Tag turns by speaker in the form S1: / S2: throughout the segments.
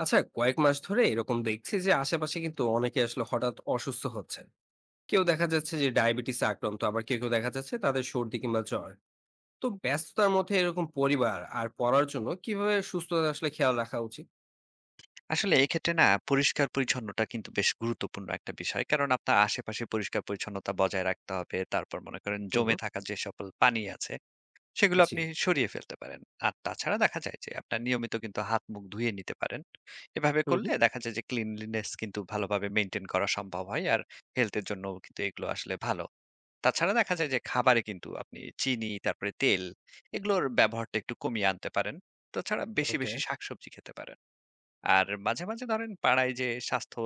S1: আচ্ছা, কয়েক মাস ধরে এরকম দেখছি যে আশেপাশে কিন্তু অনেকে আসলে হঠাৎ অসুস্থ হচ্ছে। কেউ দেখা যাচ্ছে যে ডায়াবেটিসে আক্রান্ত, আবার কেউ কেউ দেখা যাচ্ছে তাদের সর্দি কিংবা জ্বর। তো ব্যস্ততার মধ্যে এরকম পরিবার আর পড়ার জন্য কিভাবে সুস্থতা আসলে খেয়াল রাখা উচিত?
S2: আসলে এক্ষেত্রে না পরিষ্কার পরিচ্ছন্নতা কিন্তু বেশ গুরুত্বপূর্ণ একটা বিষয়। কারণ আপনার আশেপাশে পরিষ্কার পরিচ্ছন্নতা বজায় রাখতে হবে। তারপর মনে করেন জমে
S1: হুম।
S2: থাকা যে সকল পানি আছে সেগুলো
S1: জি।
S2: আপনি সরিয়ে ফেলতে পারেন। আর তাছাড়া দেখা যায় যে আপনার নিয়মিত কিন্তু হাত মুখ ধুয়ে নিতে পারেন। এভাবে
S1: হুম
S2: করলে
S1: হুম।
S2: দেখা যায় যে ক্লিনলিনেস কিন্তু ভালোভাবে মেইনটেইন করা সম্ভব হয়। আর হেলথ এর জন্যও কিন্তু এগুলো আসলে ভালো। তাছাড়া দেখা যায় যে খাবারে কিন্তু আপনি চিনি তারপরে তেল এগুলোর ব্যবহারটা একটু কমিয়ে আনতে পারেন। তাছাড়া বেশি,
S1: ওকে।
S2: বেশি শাকসবজি খেতে পারেন। আর মাঝে, মাঝে ধরেন পাড়ায় যে স্বাস্থ্য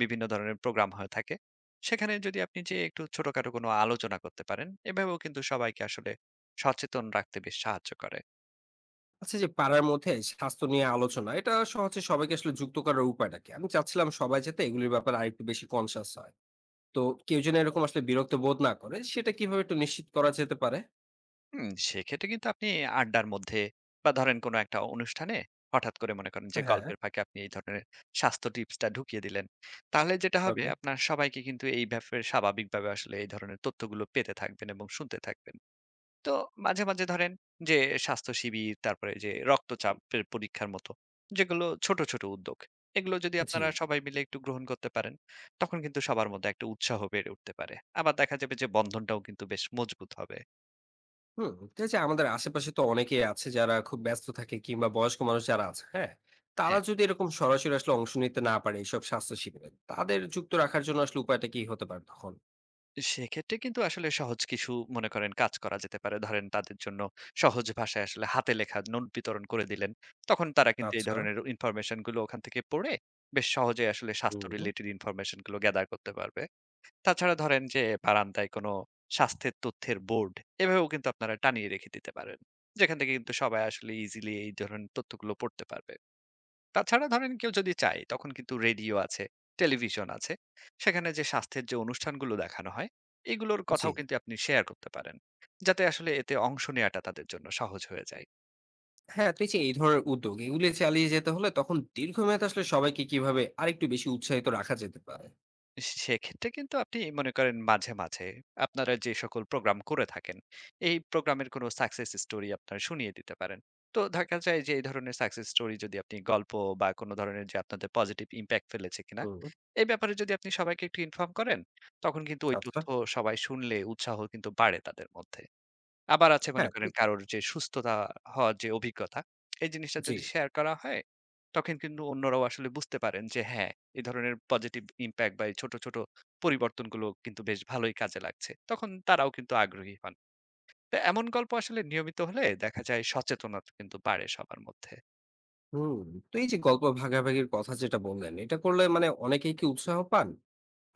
S2: বিভিন্ন ধরনের প্রোগ্রাম হয়ে থাকে, সেখানে যদি আপনি যেয়ে একটু ছোটখাটো কোনো আলোচনা করতে পারেন, এভাবেও কিন্তু সবাইকে আসলে সচেতন রাখতে বেশ সাহায্য করে।
S1: আচ্ছা, যে পাড়ার মধ্যে স্বাস্থ্য নিয়ে আলোচনা, এটা সহজে সবাইকে আসলে যুক্ত করার উপায়টা কি? আমি চাচ্ছিলাম সবাই যাতে এগুলির ব্যাপারে আরেকটু বেশি কনসাস হয়। তো কেউ যেন এরকম আসলে বিরক্ত বোধ না করে, সেটা কিভাবে একটু নিশ্চিত করা যেতে পারে?
S2: হুম, সেক্ষেত্রে কিন্তু আপনি আড্ডার মধ্যে বা ধরেন কোনো একটা অনুষ্ঠানে হঠাৎ করে মনে করেন যে
S1: হ্যাঁ।
S2: গল্পের ফাঁকে আপনি এই ধরনের স্বাস্থ্য টিপসটা ঢুকিয়ে দিলেন। তাহলে যেটা হবে
S1: ওকে।
S2: আপনার সবাইকে কিন্তু এই ব্যাপারে স্বাভাবিকভাবে আসলে এই ধরনের তথ্যগুলো পেতে থাকবেন এবং শুনতে থাকবেন। তো মাঝে, মাঝে ধরেন যে স্বাস্থ্য শিবির, তারপরে যে রক্তচাপের পরীক্ষার মতো যেগুলো ছোট, ছোট উদ্যোগ। এগুলো যদি
S1: জি।
S2: আপনারা সবাই মিলে একটু গ্রহণ করতে পারেন, তখন কিন্তু সবার মধ্যে একটা উৎসাহ বেড়ে উঠতে পারে। আবার দেখা যাবে যে বন্ধনটাও কিন্তু বেশ মজবুত হবে।
S1: হুম, এই যে আমাদের আশেপাশে তো অনেকেই আছে যারা খুব ব্যস্ত থাকে, কিংবা বয়স্ক মানুষ যারা আছে, হ্যাঁ? তারা
S2: হ্যাঁ,
S1: যদি এরকম সরাসরি আসলে অংশ নিতে না পারে এইসব স্বাস্থ্য শিবিরে, তাদের যুক্ত রাখার জন্য আসলে উপায়টা কি হতে পারে তখন?
S2: সেক্ষেত্রে কিন্তু আসলে সহজ কিছু মনে করেন কাজ করা যেতে পারে। ধরেন তাদের জন্য সহজ ভাষায় আসলে হাতে লেখা নোট বিতরণ করে দিলেন। তখন তারা কিন্তু এই
S1: আচ্ছা।
S2: ধরনের ইনফরমেশন গুলো ওখান থেকে পড়ে বেশ সহজেই আসলে স্বাস্থ্য
S1: হুম।
S2: রিলেটেড ইনফরমেশন গুলো গ্যাদার করতে পারবে। তাছাড়া ধরেন যে বারান্দায় কোনো স্বাস্থ্যের তথ্যের বোর্ড, এভাবেও কিন্তু আপনারা টানিয়ে রেখে দিতে পারেন। যেখান থেকে কিন্তু সবাই আসলে ইজিলি এই ধরনের তথ্যগুলো পড়তে পারবে। তাছাড়া ধরেন কেউ যদি চায় তখন কিন্তু রেডিও আছে, টেলিভিশন আছে। সেখানে যে স্বাস্থ্যের যে অনুষ্ঠানগুলো দেখানো হয়, এগুলোর
S1: জি।
S2: কথাও কিন্তু আপনি শেয়ার করতে পারেন। যাতে আসলে এতে অংশ নেয়াটা তাদের জন্য সহজ হয়ে যায়।
S1: হ্যাঁ, তো এই যে এই ধরনের উদ্যোগ এগুলি চালিয়ে যেতে হলে তখন দীর্ঘমেয়াদে আসলে সবাইকে কিভাবে আরেকটু বেশি উৎসাহিত রাখা যেতে পারে?
S2: সেক্ষেত্রে কিন্তু আপনি মনে করেন মাঝে, মাঝে আপনারা যে সকল প্রোগ্রাম করে থাকেন, এই প্রোগ্রামের কোনো সাকসেস স্টোরি আপনারা শুনিয়ে দিতে পারেন। তো দেখা যায় যে এই ধরনের সাকসেস স্টোরি যদি আপনি গল্প বা কোনো ধরনের যে আপনাদের পজিটিভ ইমপ্যাক্ট ফেলেছে কিনা,
S1: হুম।
S2: এই ব্যাপারে যদি আপনি সবাইকে একটু ইনফর্ম করেন, তখন কিন্তু ওই
S1: আচ্ছা।
S2: তথ্য সবাই শুনলে উৎসাহ কিন্তু বাড়ে তাদের মধ্যে। আবার আছে মনে
S1: হ্যাঁ,
S2: করেন
S1: ই
S2: কারোর যে সুস্থতা হওয়ার যে অভিজ্ঞতা, এই জিনিসটা
S1: জি।
S2: যদি শেয়ার করা হয়, তখন কিন্তু অন্যরাও আসলে বুঝতে পারেন যে হ্যাঁ, এ ধরনের পজিটিভ ইমপ্যাক্ট বা এই ছোট, ছোট পরিবর্তনগুলো কিন্তু বেশ ভালোই কাজে লাগছে। তখন তারাও কিন্তু আগ্রহী হন। তো এমন গল্প আসলে নিয়মিত হলে দেখা যায় সচেতনতা কিন্তু বাড়ে সবার মধ্যে।
S1: হুম, তো এই যে গল্প ভাগাভাগির কথা যেটা বললেন, এটা করলে মানে অনেকেই কি উৎসাহ পান?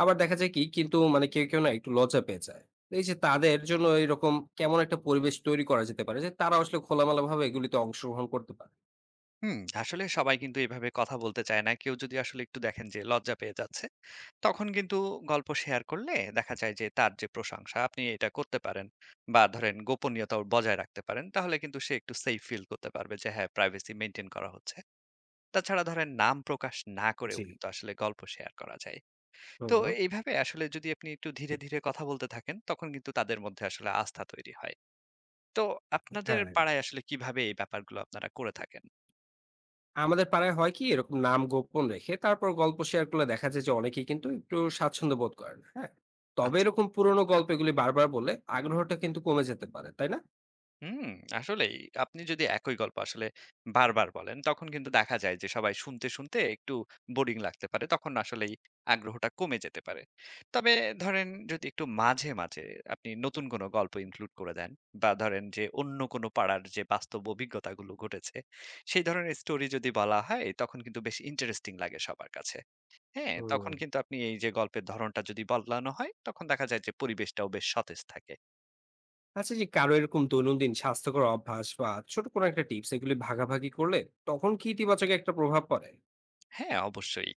S1: আবার দেখা যায় কি কিন্তু মানে কেউ, কেউ না একটু লজ্জা পেয়ে যায়। তো এই যে তাদের জন্য এরকম কেমন একটা পরিবেশ তৈরি করা যেতে পারে যে তারা আসলে খোলামেলাভাবে এগুলিতে অংশগ্রহণ করতে পারে?
S2: হুম, আসলে সবাই কিন্তু এভাবে কথা বলতে চায় না। কেউ যদি আসলে একটু দেখেন যে লজ্জা পেয়ে যাচ্ছে তখন কিন্তু গল্প শেয়ার করলে দেখা যায় যে তার যে প্রশংসা আপনি এটা করতে পারেন বা ধরেন গোপনীয়তা ওর বজায় রাখতে পারেন তাহলে কিন্তু সে একটু সেফ ফিল করতে পারবে যে হ্যাঁ প্রাইভেসি মেনটেন করা হচ্ছে। তাছাড়া ধরেন নাম প্রকাশ না করেও
S1: জি।
S2: কিন্তু আসলে গল্প শেয়ার করা যায়। তো
S1: হুম।
S2: এইভাবে আসলে যদি আপনি একটু ধীরে ধীরে কথা বলতে থাকেন তখন কিন্তু তাদের মধ্যে আসলে আস্থা তৈরি হয়। তো আপনাদের
S1: হ্যাঁ।
S2: পাড়ায় আসলে কিভাবে এই ব্যাপারগুলো আপনারা করে থাকেন?
S1: আমাদের পাড়ায় হয় কি এরকম নাম গোপন রেখে তারপর গল্প শেয়ার করলে, দেখা যায় যে অনেকেই কিন্তু একটু স্বাচ্ছন্দ্য বোধ করেন। হ্যাঁ? তবে
S2: আচ্ছা।
S1: এরকম পুরনো গল্প এগুলি বারবার বললে আগ্রহটা কিন্তু কমে যেতে পারে। তাই না?
S2: হুম, আসলেই। আপনি যদি একই গল্প আসলে বারবার বলেন, তখন কিন্তু দেখা যায় যে সবাই শুনতে, শুনতে একটু বোরিং লাগতে পারে। তখন আসলেই আগ্রহটা কমে যেতে পারে। তবে ধরেন যদি একটু মাঝে, মাঝে আপনি নতুন কোনো গল্প ইনক্লুড করে দেন বা ধরেন যে অন্য কোনো পাড়ার যে বাস্তব অভিজ্ঞতাগুলো ঘটেছে, সেই ধরনের স্টোরি যদি বলা হয়, তখন কিন্তু বেশ ইন্টারেস্টিং লাগে সবার কাছে। হ্যাঁ?
S1: হুম।
S2: তখন কিন্তু আপনি এই যে গল্পের ধরনটা যদি বদলানো হয়, তখন দেখা যায় যে পরিবেশটাও বেশ সতেজ থাকে।
S1: আচ্ছা, যে কারো এরকম দৈনন্দিন স্বাস্থ্যকর অভ্যাস বা ছোট কোনো একটা টিপস এগুলি ভাগাভাগি করলে তখন কি ইতিবাচক একটা প্রভাব পড়ে?
S2: হ্যাঁ, অবশ্যই।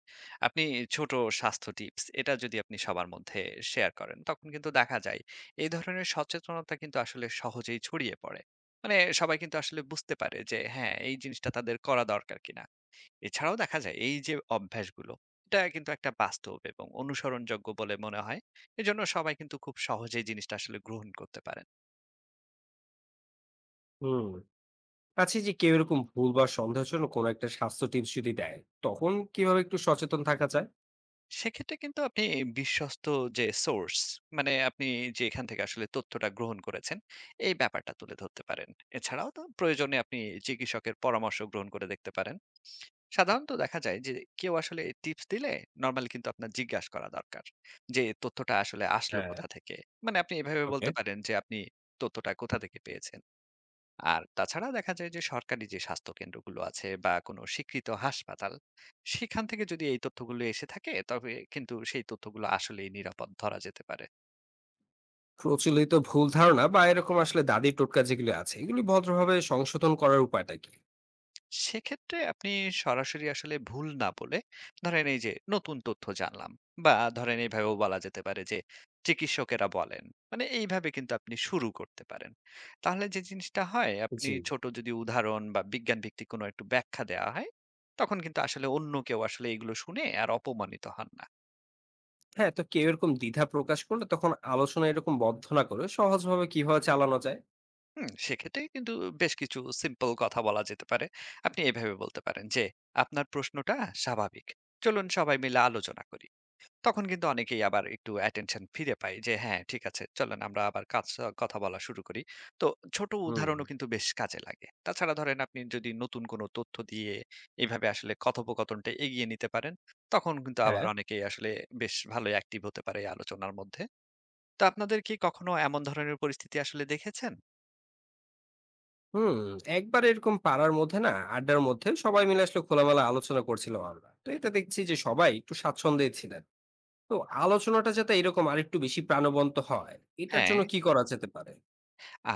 S2: আপনি ছোট স্বাস্থ্য টিপস এটা যদি আপনি সবার মধ্যে শেয়ার করেন, তখন কিন্তু দেখা যায় এই ধরনের সচেতনতা কিন্তু আসলে সহজেই ছড়িয়ে পড়ে। মানে সবাই কিন্তু আসলে বুঝতে পারে যে হ্যাঁ, এই জিনিসটা তাদের করা দরকার কিনা। এছাড়াও দেখা যায় এই যে অভ্যাসগুলো, এটা কিন্তু একটা বাস্তব এবং অনুসরণযোগ্য বলে মনে হয়। এজন্য সবাই কিন্তু খুব সহজেই জিনিসটা আসলে গ্রহণ করতে পারেন।
S1: হুম। আচ্ছা, এই যে কেউ এরকম ভুল বা সন্দেহজনক কোনো একটা স্বাস্থ্য টিপস যদি দেয়, তখন কিভাবে একটু সচেতন থাকা যায়?
S2: সেক্ষেত্রে কিন্তু আপনি বিশ্বস্ত যে সোর্স মানে আপনি যেখান থেকে আসলে তথ্যটা গ্রহণ করেছেন এই ব্যাপারটা তুলে ধরতে পারেন। এছাড়াও তো প্রয়োজনে আপনি চিকিৎসকের পরামর্শ গ্রহণ করে দেখতে পারেন। সাধারণত দেখা যায় যে কেউ আসলে টিপস দিলে নর্মালি কিন্তু আপনার জিজ্ঞাসা করা দরকার যে তথ্যটা আসলে আসলো
S1: হ্যাঁ।
S2: কোথা থেকে। মানে আপনি এভাবে
S1: ওকে।
S2: বলতে পারেন যে আপনি তথ্যটা কোথা থেকে পেয়েছেন। আর তাছাড়া দেখা যায় যে সরকারি যে স্বাস্থ্য কেন্দ্রগুলো আছে বা কোনো স্বীকৃত হাসপাতাল সেখান থেকে যদি এই তথ্যগুলো এসে থাকে তবে কিন্তু সেই তথ্যগুলো আসলেই নিরাপদ ধরা যেতে পারে।
S1: প্রচলিত ভুল ধারণা বা এরকম আসলে দাদি টোটকা যেগুলো আছে, এগুলি ভদ্রভাবে সংশোধন করার উপায়টা কি?
S2: সেক্ষেত্রে আপনি সরাসরি আসলে ভুল না বলে ধরেন এই যে নতুন তথ্য জানলাম, বা ধরেন এইভাবেও বলা যেতে পারে যে চিকিৎসকেরা বলেন, মানে এইভাবে কিন্তু আপনি শুরু করতে পারেন। তাহলে যে জিনিসটা হয় আপনি
S1: জি।
S2: ছোট যদি উদাহরণ বা বিজ্ঞান ভিত্তিক কোনো একটু ব্যাখ্যা দেওয়া হয় তখন কিন্তু আসলে অন্য কেউ আসলে এগুলো শুনে আর অপমানিত হন না।
S1: হ্যাঁ, তো কেউ এরকম দ্বিধা প্রকাশ করলে তখন আলোচনা এরকম বদ্ধ না করে সহজভাবে কিভাবে চালানো যায়?
S2: হুম, সেক্ষেত্রে কিন্তু বেশ কিছু সিম্পল কথা বলা যেতে পারে। আপনি এইভাবে বলতে পারেন যে আপনার প্রশ্নটা স্বাভাবিক, চলুন সবাই মিলে আলোচনা করি। তখন কিন্তু অনেকেই আবার একটু অ্যাটেনশন ফিরে পায় যে হ্যাঁ ঠিক আছে চলেন আমরা আবার কথা বলা শুরু করি। তো ছোট
S1: হুম।
S2: উদাহরণও কিন্তু বেশ কাজে লাগে। তাছাড়া ধরেন আপনি যদি নতুন কোনো তথ্য দিয়ে এইভাবে আসলে কথোপকথনটা এগিয়ে নিতে পারেন তখন কিন্তু আবার
S1: হ্যাঁ।
S2: অনেকেই আসলে বেশ ভালো অ্যাক্টিভ হতে পারে এই আলোচনার মধ্যে। তো আপনাদের কি কখনো এমন ধরনের পরিস্থিতি আসলে দেখেছেন?
S1: হুম, একবার এরকম পাড়ার মধ্যে না, আড্ডার মধ্যে সবাই মিলে আসলে খোলামেলা আলোচনা করছিলাম আমরা। তো এটা দেখছি যে সবাই একটু স্বাচ্ছন্দ্যেই ছিলেন। তো আলোচনাটা যাতে এরকম আরেকটু বেশি প্রাণবন্ত হয়, এটার
S2: হ্যাঁ,
S1: জন্য কি করা যেতে পারে?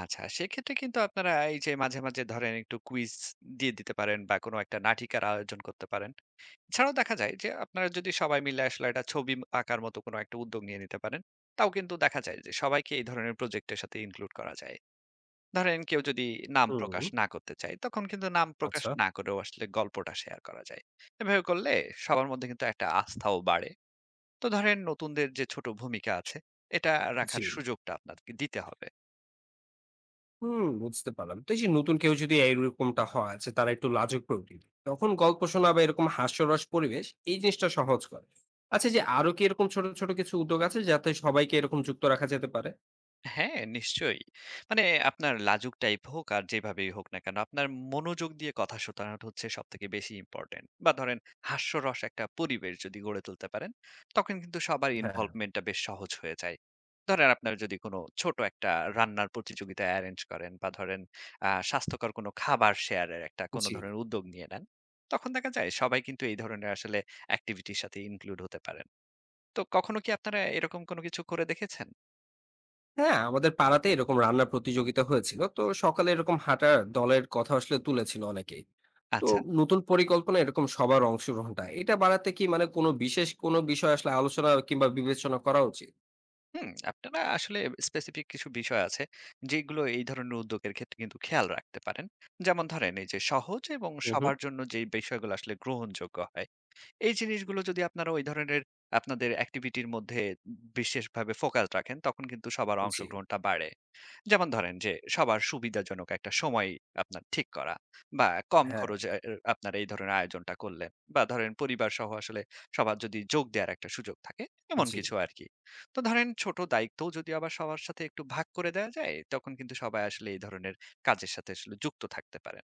S2: আচ্ছা, সেক্ষেত্রে কিন্তু আপনারা এই যে মাঝে মাঝে ধরেন একটু কুইজ দিয়ে দিতে পারেন বা কোনো একটা নাটিকার আয়োজন করতে পারেন। এছাড়াও দেখা যায় যে আপনারা যদি সবাই মিলে আসলে একটা ছবি আঁকার মতো কোনো একটা উদ্যোগ নিয়ে নিতে পারেন তাও কিন্তু দেখা যায় যে সবাইকে এই ধরনের প্রজেক্টের সাথে ইনক্লুড করা যায়। ধরেন কেউ যদি নাম
S1: হুম।
S2: প্রকাশ না করতে চায় তখন কিন্তু নাম প্রকাশ
S1: আচ্ছা।
S2: না করেও আসলে গল্পটা শেয়ার করা যায়। এভাবে করলে সবার মধ্যে কিন্তু একটা আস্থাও বাড়ে। তো ধরেন নতুনদের যে ছোট ভূমিকা আছে এটা রাখার
S1: জি।
S2: সুযোগটা আপনাদেরকে দিতে হবে।
S1: হুম, বুঝতে পারলাম। তো এই যে নতুন কেউ যদি এরকমটা হয় যে তারা একটু লাজুক প্রকৃতির, তখন গল্প শোনা বা এরকম হাস্যরস পরিবেশ এই জিনিসটা সহজ করে। আচ্ছা, এই যে আরো কি এরকম ছোট, ছোট কিছু উদ্যোগ আছে যাতে সবাইকে এরকম যুক্ত রাখা যেতে পারে?
S2: হ্যাঁ, নিশ্চয়ই। মানে আপনার লাজুক টাইপ হোক আর যেভাবেই হোক না কেন, আপনার মনোযোগ দিয়ে কথা শোনানো হচ্ছে সবথেকে বেশি ইম্পোর্টেন্ট। বা ধরেন হাস্যরস একটা পরিবেশ যদি গড়ে তুলতে পারেন, তখন কিন্তু সবার
S1: হ্যাঁ।
S2: ইনভলভমেন্টটা বেশ সহজ হয়ে যায়। ধরেন আপনার যদি কোনো ছোট একটা রান্নার প্রতিযোগিতা এরেঞ্জ করেন বা ধরেন স্বাস্থ্যকর কোনো খাবার শেয়ারের একটা কোনো
S1: জি।
S2: ধরনের উদ্যোগ নিয়ে নেন, তখন দেখা যায় সবাই কিন্তু এই ধরনের আসলে এক্টিভিটির সাথে ইনক্লুড হতে পারেন। তো কখনো কি আপনারা এরকম কোনো কিছু করে দেখেছেন?
S1: হ্যাঁ, আমাদের পাড়াতে এরকম রান্নার প্রতিযোগিতা হয়েছিল। তো সকালে এরকম হাঁটার দলের কথা আসলে তুলেছিল অনেকেই। তো
S2: আচ্ছা।
S1: নতুন পরিকল্পনা এরকম সবার অংশগ্রহণটা এটা বাড়াতে কি মানে কোনো বিশেষ কোনো বিষয় আসলে আলোচনা কিংবা বিবেচনা করা উচিত?
S2: হুম, আপনারা আসলে স্পেসিফিক কিছু বিষয় আছে যেগুলো এই ধরনের উদ্যোগের ক্ষেত্রে কিন্তু খেয়াল রাখতে পারেন। যেমন ধরেন এই যে সহজ এবং
S1: হুম, হুম।
S2: সবার জন্য যে বিষয়গুলো আসলে গ্রহণযোগ্য হয়, এই জিনিসগুলো যদি আপনারা ওই ধরনের আপনাদের অ্যাক্টিভিটির মধ্যে বিশেষভাবে ফোকাস রাখেন তখন কিন্তু সবার
S1: জি।
S2: অংশগ্রহণটা বাড়ে। যেমন ধরেন যে সবার সুবিধাজনক একটা সময় আপনার ঠিক করা বা কম
S1: হ্যাঁ।
S2: খরচে এর আপনার এই ধরনের আয়োজনটা করলেন বা ধরেন পরিবার সহ আসলে সবার যদি যোগ দেওয়ার একটা সুযোগ থাকে এমন
S1: জি।
S2: কিছু আর কি। তো ধরেন ছোট দায়িত্বও যদি আবার সবার সাথে একটু ভাগ করে দেওয়া যায় তখন কিন্তু সবাই আসলে এই ধরনের কাজের সাথে আসলে যুক্ত থাকতে পারেন।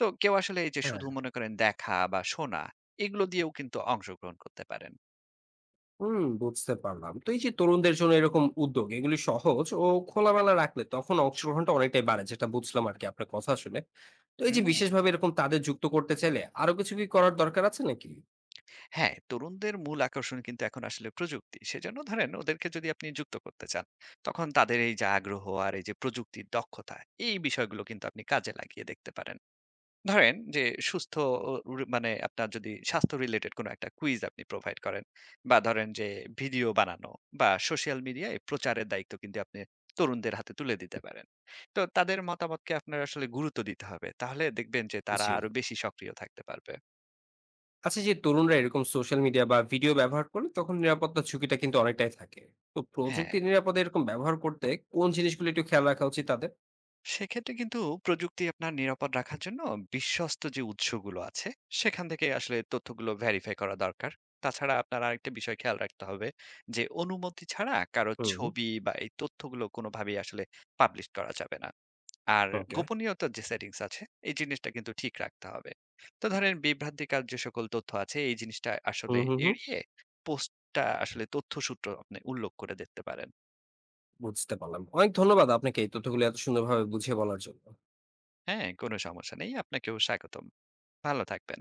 S2: তো কেউ আসলে এই যে
S1: হ্যাঁ।
S2: শুধু মনে করেন দেখা বা শোনা এগুলো দিয়েও কিন্তু অংশগ্রহণ করতে পারেন।
S1: হুম, বুঝতে পারলাম। তো এই যে তরুণদের জন্য এরকম উদ্যোগ এগুলি সহজ ও খোলামেলা রাখলে তখন অংশগ্রহণটা অনেকটাই বাড়ে, যেটা বুঝলাম আরকি আপনার কথা শুনে। তো এই যে
S2: হুম,
S1: বিশেষভাবে এরকম তাদের যুক্ত করতে চাইলে আরো কিছু কি করার দরকার আছে নাকি?
S2: হ্যাঁ, তরুণদের মূল আকর্ষণ কিন্তু এখন আসলে প্রযুক্তি। সেজন্য ধরেন ওদেরকে যদি আপনি যুক্ত করতে চান, তখন তাদের এই যে আগ্রহ আর এই যে প্রযুক্তির দক্ষতা, এই বিষয়গুলো কিন্তু আপনি কাজে লাগিয়ে দেখতে পারেন। ধরেন যে সুস্থ ও রু মানে আপনার যদি স্বাস্থ্য রিলেটেড কোনো একটা কুইজ আপনি প্রোভাইড করেন বা ধরেন যে ভিডিও বানানো বা সোশ্যাল মিডিয়ায় প্রচারের দায়িত্ব কিন্তু আপনি তরুণদের হাতে তুলে দিতে পারেন। তো তাদের মতামতকে আপনার আসলে গুরুত্ব দিতে হবে। তাহলে দেখবেন যে তারা
S1: জি।
S2: আরো বেশি সক্রিয় থাকতে পারবে।
S1: আচ্ছা, যে তরুণরা এরকম সোশ্যাল মিডিয়া বা ভিডিও ব্যবহার করে, তখন নিরাপত্তা ঝুঁকিটা কিন্তু অনেকটাই থাকে। তো
S2: হ্যাঁ।
S1: প্রযুক্তি নিরাপদে এরকম ব্যবহার করতে কোন জিনিসগুলো একটু খেয়াল রাখা উচিত তাদের?
S2: সেক্ষেত্রে কিন্তু প্রযুক্তি আপনার নিরাপদ রাখার জন্য বিশ্বস্ত যে উৎসগুলো আছে সেখান থেকে আসলে তথ্যগুলো ভেরিফাই করা দরকার। তাছাড়া আপনার আরেকটা বিষয় খেয়াল রাখতে হবে যে অনুমতি ছাড়া কারো
S1: হুম।
S2: ছবি বা এই তথ্যগুলো কোনোভাবেই আসলে পাবলিশ করা যাবে না। আর
S1: ওকে।
S2: গোপনীয়তার যে সেটিংস আছে এই জিনিসটা কিন্তু ঠিক রাখতে হবে। তো ধরেন বিভ্রান্তিকর যে সকল তথ্য আছে এই জিনিসটা আসলে
S1: হুম হুম হুম।
S2: এড়িয়ে পোস্টটা আসলে তথ্যসূত্র আপনি উল্লেখ করে দেখতে পারেন।
S1: বুঝতে পারলাম। অনেক ধন্যবাদ আপনাকে এই তথ্যগুলো এত সুন্দরভাবে বুঝিয়ে বলার জন্য।
S2: হ্যাঁ, কোনো সমস্যা নেই, আপনাকেও স্বাগতম। ভালো থাকবেন।